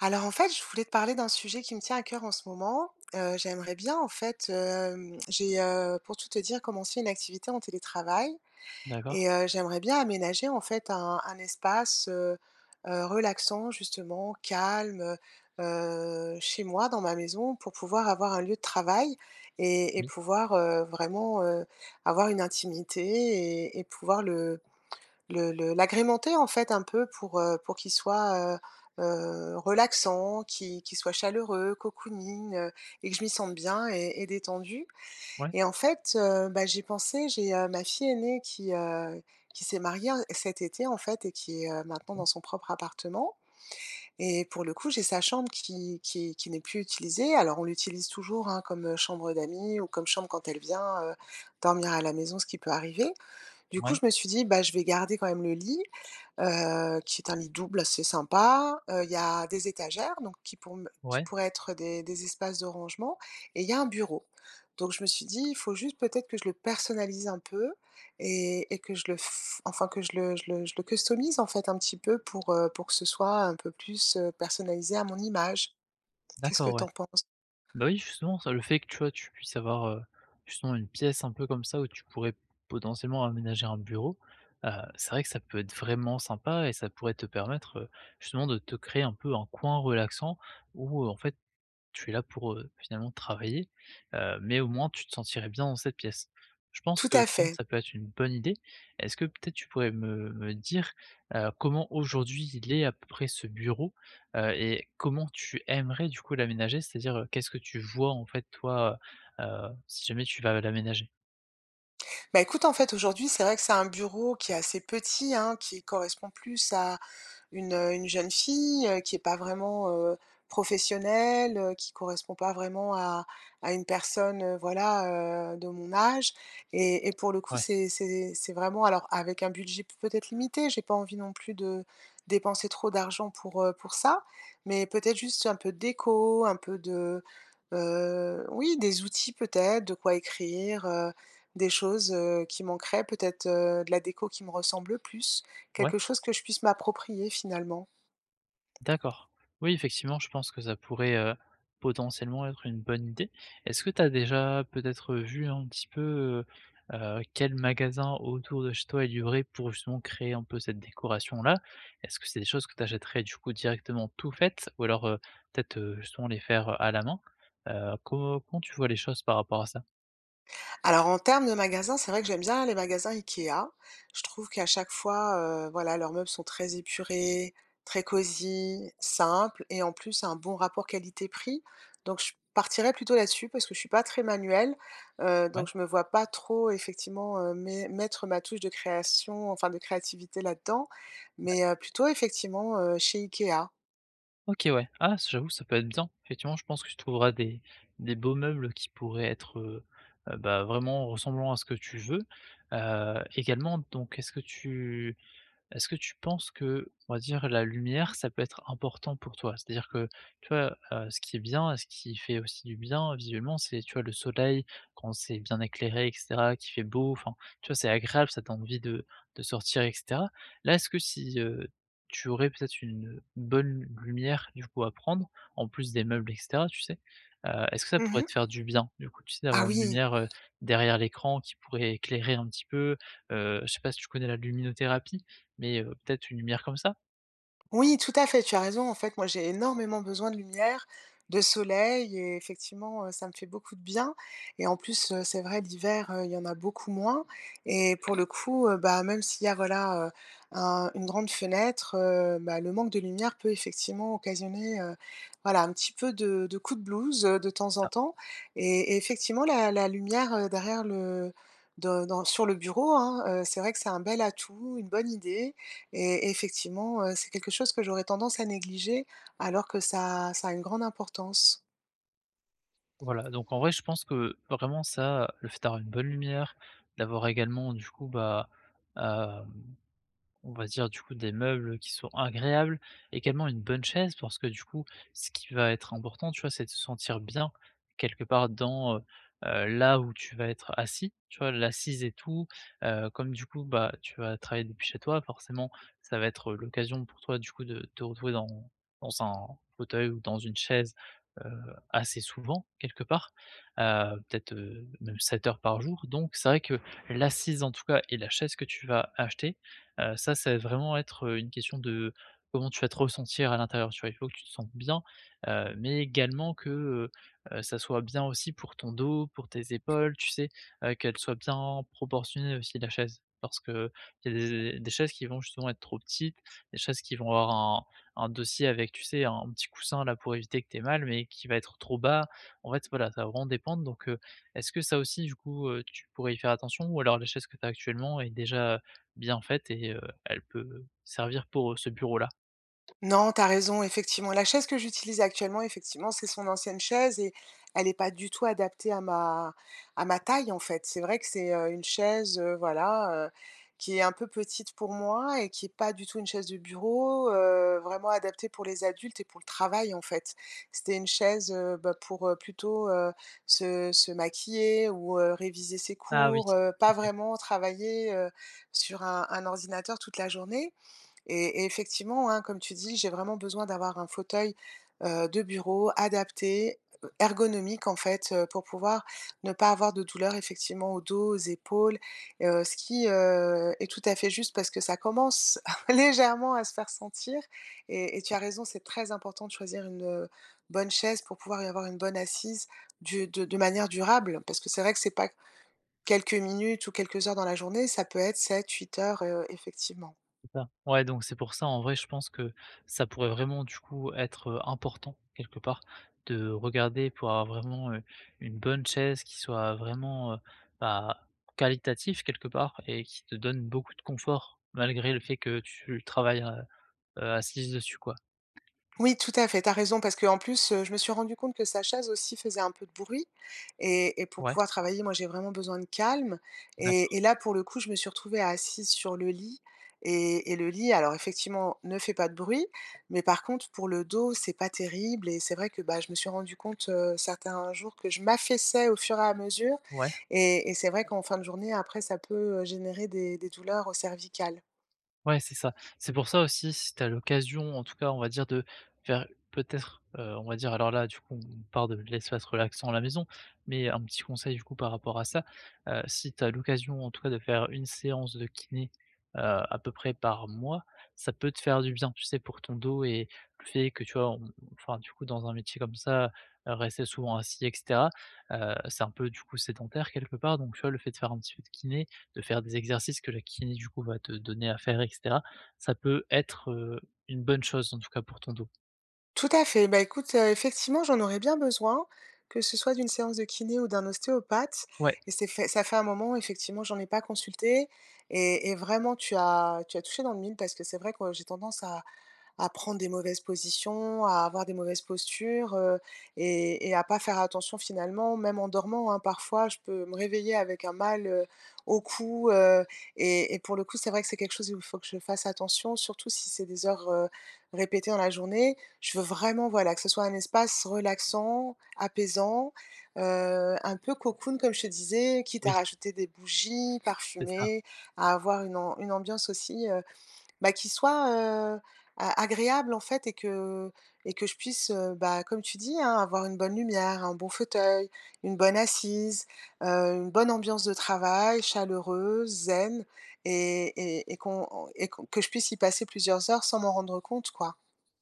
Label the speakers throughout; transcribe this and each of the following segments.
Speaker 1: Alors en fait, je voulais te parler d'un sujet qui me tient à cœur en ce moment. J'aimerais bien en fait, pour tout te dire, commencé une activité en télétravail
Speaker 2: D'accord,
Speaker 1: et j'aimerais bien aménager en fait un espace, relaxant justement, calme, chez moi, dans ma maison, pour pouvoir avoir un lieu de travail et
Speaker 2: oui.
Speaker 1: pouvoir, vraiment, avoir une intimité et pouvoir le l'agrémenter en fait un peu pour qu'il soit, relaxant, qu'il soit chaleureux, cocooning, et que je m'y sente bien et détendue
Speaker 2: Ouais,
Speaker 1: et en fait, bah, ma fille aînée qui s'est mariée cet été en fait et qui est, maintenant dans son propre appartement et pour le coup, j'ai sa chambre qui n'est plus utilisée. Alors on l'utilise toujours, hein, comme, chambre d'amis ou comme chambre quand elle vient, dormir à la maison, ce qui peut arriver. Du coup, je
Speaker 2: ouais,
Speaker 1: me suis dit: «Bah, je vais garder quand même le lit qui est un lit double assez sympa. Il y a des étagères, donc qui
Speaker 2: ouais,
Speaker 1: pourraient être des espaces de rangement et il y a un bureau. Donc je me suis dit: «Il faut juste peut-être que je le personnalise un peu et que je le f enfin que je le customise en fait un petit peu pour que ce soit un peu plus, personnalisé à mon image». Qu'est-ce que
Speaker 2: d'accord, ouais.
Speaker 1: t'en penses?
Speaker 2: Bah, oui, justement, ça, le fait que, tu vois, tu puisses avoir, justement une pièce un peu comme ça où tu pourrais potentiellement aménager un bureau, heu, c'est vrai que ça peut être vraiment sympa et ça pourrait te permettre, justement de te créer un peu un coin relaxant où, en fait, tu es là pour, finalement travailler, mais au moins tu te sentirais bien dans cette pièce. Je pense
Speaker 1: Tout
Speaker 2: que
Speaker 1: à
Speaker 2: sinon
Speaker 1: fait.
Speaker 2: ça peut être une bonne idée. Est-ce que peut-être tu pourrais me dire, comment aujourd'hui il est à peu près ce bureau? Et comment tu aimerais du coup l'aménager? C'est-à-dire, qu'est-ce que tu vois en fait toi, heu si jamais tu vas l'aménager?
Speaker 1: Bah, écoute, en fait, aujourd'hui, c'est vrai que c'est un bureau qui est assez petit, hein, qui correspond plus à une jeune fille, qui est pas vraiment, professionnelle, qui correspond pas vraiment à une personne, voilà, de mon âge et pour le coup,
Speaker 2: Ouais.
Speaker 1: c'est vraiment alors avec un budget peut-être limité, j'ai pas envie non plus de dépenser trop d'argent pour ça, mais peut-être juste un peu de déco, un peu de, oui, des outils peut-être, de quoi écrire, des choses, qui manqueraient, peut-être, de la déco qui me ressemble le plus.
Speaker 2: Ouais?
Speaker 1: Quelque chose que je puisse m'approprier finalement.
Speaker 2: D'accord. Oui, effectivement, je pense que ça pourrait, potentiellement être une bonne idée. Est-ce que tu as déjà peut-être vu un petit peu, quel magasin autour de chez toi est livré pour justement créer un peu cette décoration-là? Est-ce que c'est des choses que tu achèterais du coup directement tout faites ou alors, peut-être, justement les faire à la main? Comment tu vois les choses par rapport à ça?
Speaker 1: Alors en termes de magasins, c'est vrai que j'aime bien les magasins IKEA. Je trouve qu'à chaque fois, voilà, leurs meubles sont très épurés, très cosy, simples et en plus un bon rapport qualité-prix. Donc je partirais plutôt là-dessus parce que je suis pas très manuelle,
Speaker 2: Ouais.
Speaker 1: donc je me vois pas trop effectivement, mé mettre ma touche de création, enfin de créativité là-dedans, mais plutôt effectivement, chez IKEA.
Speaker 2: OK, ouais. Ah, s J'avoue, ça peut être bien. Effectivement, je pense que tu trouveras des beaux meubles qui pourraient être, bah, vraiment ressemblant à ce que tu veux. Également, donc, est-ce que tu penses que, on va dire, la lumière, ça peut être important pour toi? C'est-à-dire que, tu vois, ce qui est bien, ce qui fait aussi du bien visuellement, c'est, tu vois, le soleil quand c'est bien éclairé et cetera, qu'il fait beau, enfin, tu vois, c'est agréable, ça donne envie de sortir et cetera. Là, est-ce que si, tu aurais peut-être une bonne lumière, du coup, à prendre, en plus des meubles et cetera, tu sais? Est-ce que ça pourrait te
Speaker 1: Mmh.
Speaker 2: faire du bien, du coup, tu sais,
Speaker 1: Ah
Speaker 2: d'avoir une
Speaker 1: oui!
Speaker 2: lumière, derrière l'écran qui pourrait éclairer un petit peu? Je sais pas si tu connais la luminothérapie? Mais peut-être une lumière comme ça?
Speaker 1: Oui, tout à fait, tu as raison. En fait, moi, j'ai énormément besoin de lumière, de soleil et effectivement, ça me fait beaucoup de bien et en plus, c'est vrai l'hiver, il y en a beaucoup moins et pour le coup, bah, même s'il y a voilà, un une grande fenêtre, bah, le manque de lumière peut effectivement occasionner, voilà, un petit peu de coup de blues, de temps
Speaker 2: C'est
Speaker 1: en
Speaker 2: ça,
Speaker 1: temps et effectivement la lumière, derrière le de dans sur le bureau, hein, c'est vrai que c'est un bel atout, une bonne idée et effectivement, c'est quelque chose que j'aurais tendance à négliger alors que ça a une grande importance.
Speaker 2: voilà, donc en vrai, je pense que vraiment ça, le fait d'avoir une bonne lumière, d'avoir également du coup, bah, hem on va dire du coup des meubles qui sont agréables, également une bonne chaise parce que du coup, ce qui va être important, tu vois, c'est de se sentir bien quelque part dans, là où tu vas être assis, tu vois? L'assise et tout, comme du coup, bah, tu vas travailler depuis chez toi, forcément, ça va être l'occasion pour toi du coup de te retrouver dans un fauteuil ou dans une chaise, heu, assez souvent quelque part, peut-être, même 7 heures par jour donc c'est vrai que l'assise en tout cas et la chaise que tu vas acheter. Ça, ça va vraiment être une question de comment tu vas te ressentir à l'intérieur, tu vois? Il faut que tu te sentes bien, mais également que, ça soit bien aussi pour ton dos, pour tes épaules, tu sais? Qu'elle soit bien proportionnée aussi la chaise. Parce que il y a des chaises qui vont justement être trop petites, des chaises qui vont avoir un dossier avec, tu sais, un petit coussin là pour éviter que tu mal, mais qui va être trop bas. En fait, voilà, ça va vraiment dépendre donc est-ce que ça aussi du coup, tu pourrais y faire attention? Ou alors la chaise que tu as actuellement est déjà bien faite et elle peut servir pour, ce bureau-là.
Speaker 1: Non, t'as raison, effectivement. La chaise que j'utilise actuellement, effectivement, c'est son ancienne chaise et elle est pas du tout adaptée à ma taille, en fait. C'est vrai que c'est, une chaise, voilà, qui est un peu petite pour moi et qui est pas du tout une chaise de bureau, vraiment adaptée pour les adultes et pour le travail, en fait. C'était une chaise, bah, pour, plutôt, se maquiller ou, réviser ses
Speaker 2: Ah oui.
Speaker 1: cours, pas
Speaker 2: OK,
Speaker 1: vraiment travailler, sur un ordinateur toute la journée et effectivement, hein, comme tu dis, j'ai vraiment besoin d'avoir un fauteuil, de bureau adapté, ergonomique en fait, pour pouvoir ne pas avoir de douleur effectivement au dos, aux épaules, ce qui, est tout à fait juste parce que ça commence légèrement à se faire sentir et tu as raison, c'est très important de choisir une, bonne chaise pour pouvoir y avoir une bonne assise du de manière durable. Parce que c'est vrai que c'est pas quelques minutes ou quelques heures dans la journée, ça peut être sept, huit heures, effectivement.
Speaker 2: c'est ça. Ouais, donc c'est pour ça, en vrai, je pense que ça pourrait vraiment, du coup, être, important quelque part de regarder pour avoir vraiment, une bonne chaise qui soit vraiment, bah, qualitatif quelque part et qui te donne beaucoup de confort malgré le fait que tu travailles, assise dessus, quoi.
Speaker 1: Oui, tout à fait, tu as raison parce que en plus, je me suis rendu compte que sa chaise aussi faisait un peu de bruit et pour
Speaker 2: Ouais,
Speaker 1: pouvoir travailler, moi, j'ai vraiment besoin de calme et
Speaker 2: d'accord.
Speaker 1: et là, pour le coup, je me suis retrouvée assise sur le lit et le lit, alors effectivement, ne fait pas de bruit, mais par contre, pour le dos, c'est pas terrible et c'est vrai que, bah, je me suis rendu compte, certains jours que je m'affaissais au fur et à mesure
Speaker 2: Ouais.
Speaker 1: et c'est vrai qu'en fin de journée, après, ça peut, générer des douleurs, au cervical.
Speaker 2: Ouais, c'est ça. C'est pour ça aussi, si tu as l'occasion, en tout cas, on va dire, de faire peut-être, on va dire, alors là, du coup, on part de l'espace relaxant à la maison, mais un petit conseil, du coup, par rapport à ça, si tu as l'occasion, en tout cas, de faire une séance de kiné, à peu près par mois, ça peut te faire du bien, tu sais, pour ton dos et le fait que, tu vois, on enfin, du coup, dans un métier comme ça, rester souvent assis et cetera, c'est un peu, du coup, sédentaire quelque part, donc tu vois, le fait de faire un petit peu de kiné, de faire des exercices que la kiné du coup va te donner à faire et cetera, ça peut être, une bonne chose en tout cas pour ton dos.
Speaker 1: Tout à fait. Bah, écoute, effectivement, j'en aurais bien besoin, que ce soit d'une séance de kiné ou d'un ostéopathe
Speaker 2: Ouais,
Speaker 1: et c'est fait ça fait un moment, effectivement, j'en ai pas consulté et vraiment tu as touché dans le mille parce que c'est vrai que ouais, j'ai tendance à prendre des mauvaises positions, à avoir des mauvaises postures, et à pas faire attention finalement, même en dormant, hein. Parfois, je peux me réveiller avec un mal, au cou, et pour le coup, c'est vrai que c'est quelque chose où il faut que je fasse attention, surtout si c'est des heures, répétées dans la journée. Je veux vraiment, voilà, que ce soit un espace relaxant, apaisant, un peu cocoon comme je te disais, quitte
Speaker 2: oui,
Speaker 1: à rajouter des bougies
Speaker 2: c'est ça.
Speaker 1: parfumées, à avoir une ambiance aussi, bah, qui soit, heu, a agréable en fait et que je puisse, bah, comme tu dis, hein, avoir une bonne lumière, un bon fauteuil, une bonne assise, une bonne ambiance de travail, chaleureuse, zen et qu'on que je puisse y passer plusieurs heures sans m'en rendre compte, quoi.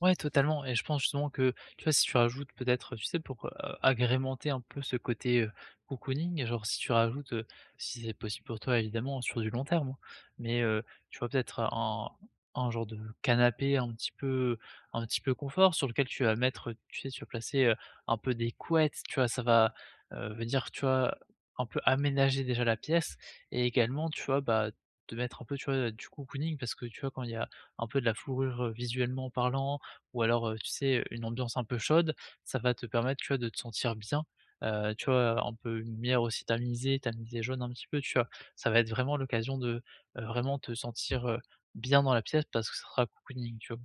Speaker 2: Ouais, totalement et je pense justement que, tu vois, si tu rajoutes peut-être, tu sais, pour, agrémenter un peu ce côté, cocooning, genre si tu rajoutes, si c'est possible pour toi évidemment sur du long terme, hein, mais tu vois peut-être un genre de canapé un petit peu confort sur lequel tu vas mettre, tu sais, tu vas placer, un peu des couettes, tu vois? Ça va, venir, tu vois, un peu aménager déjà la pièce et également, tu vois, bah, te mettre un peu, tu vois, du cocooning parce que, tu vois, quand il y a un peu de la fourrure, visuellement parlant, ou alors, tu sais, une ambiance un peu chaude, ça va te permettre, tu vois, de te sentir bien. Tu vois, un peu une lumière aussi tamisée, tamisée jaune un petit peu, tu vois? Ça va être vraiment l'occasion de, vraiment te sentir, bien dans la pièce parce que ça sera cocooning, tu vois?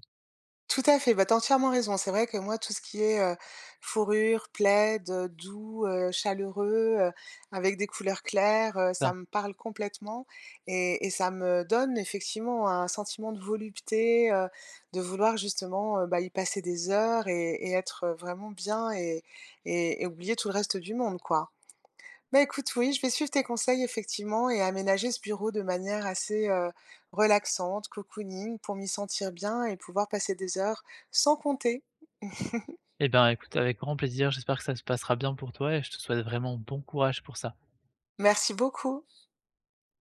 Speaker 1: Tout à fait, bah, tu as entièrement raison. C'est vrai que moi, tout ce qui est, fourrure, plaid, doux, chaleureux, avec des couleurs claires,
Speaker 2: Ça.
Speaker 1: ça me parle complètement et ça me donne effectivement un sentiment de volupté, de vouloir justement, bah, y passer des heures et être, vraiment bien et oublier tout le reste du monde, quoi. Bah, écoute, oui, je vais suivre tes conseils effectivement et aménager ce bureau de manière assez, relaxante, cocooning pour m'y sentir bien et pouvoir passer des heures sans compter.
Speaker 2: Eh ben, écoute, avec grand plaisir, j'espère que ça se passera bien pour toi et je te souhaite vraiment bon courage pour ça.
Speaker 1: Merci beaucoup.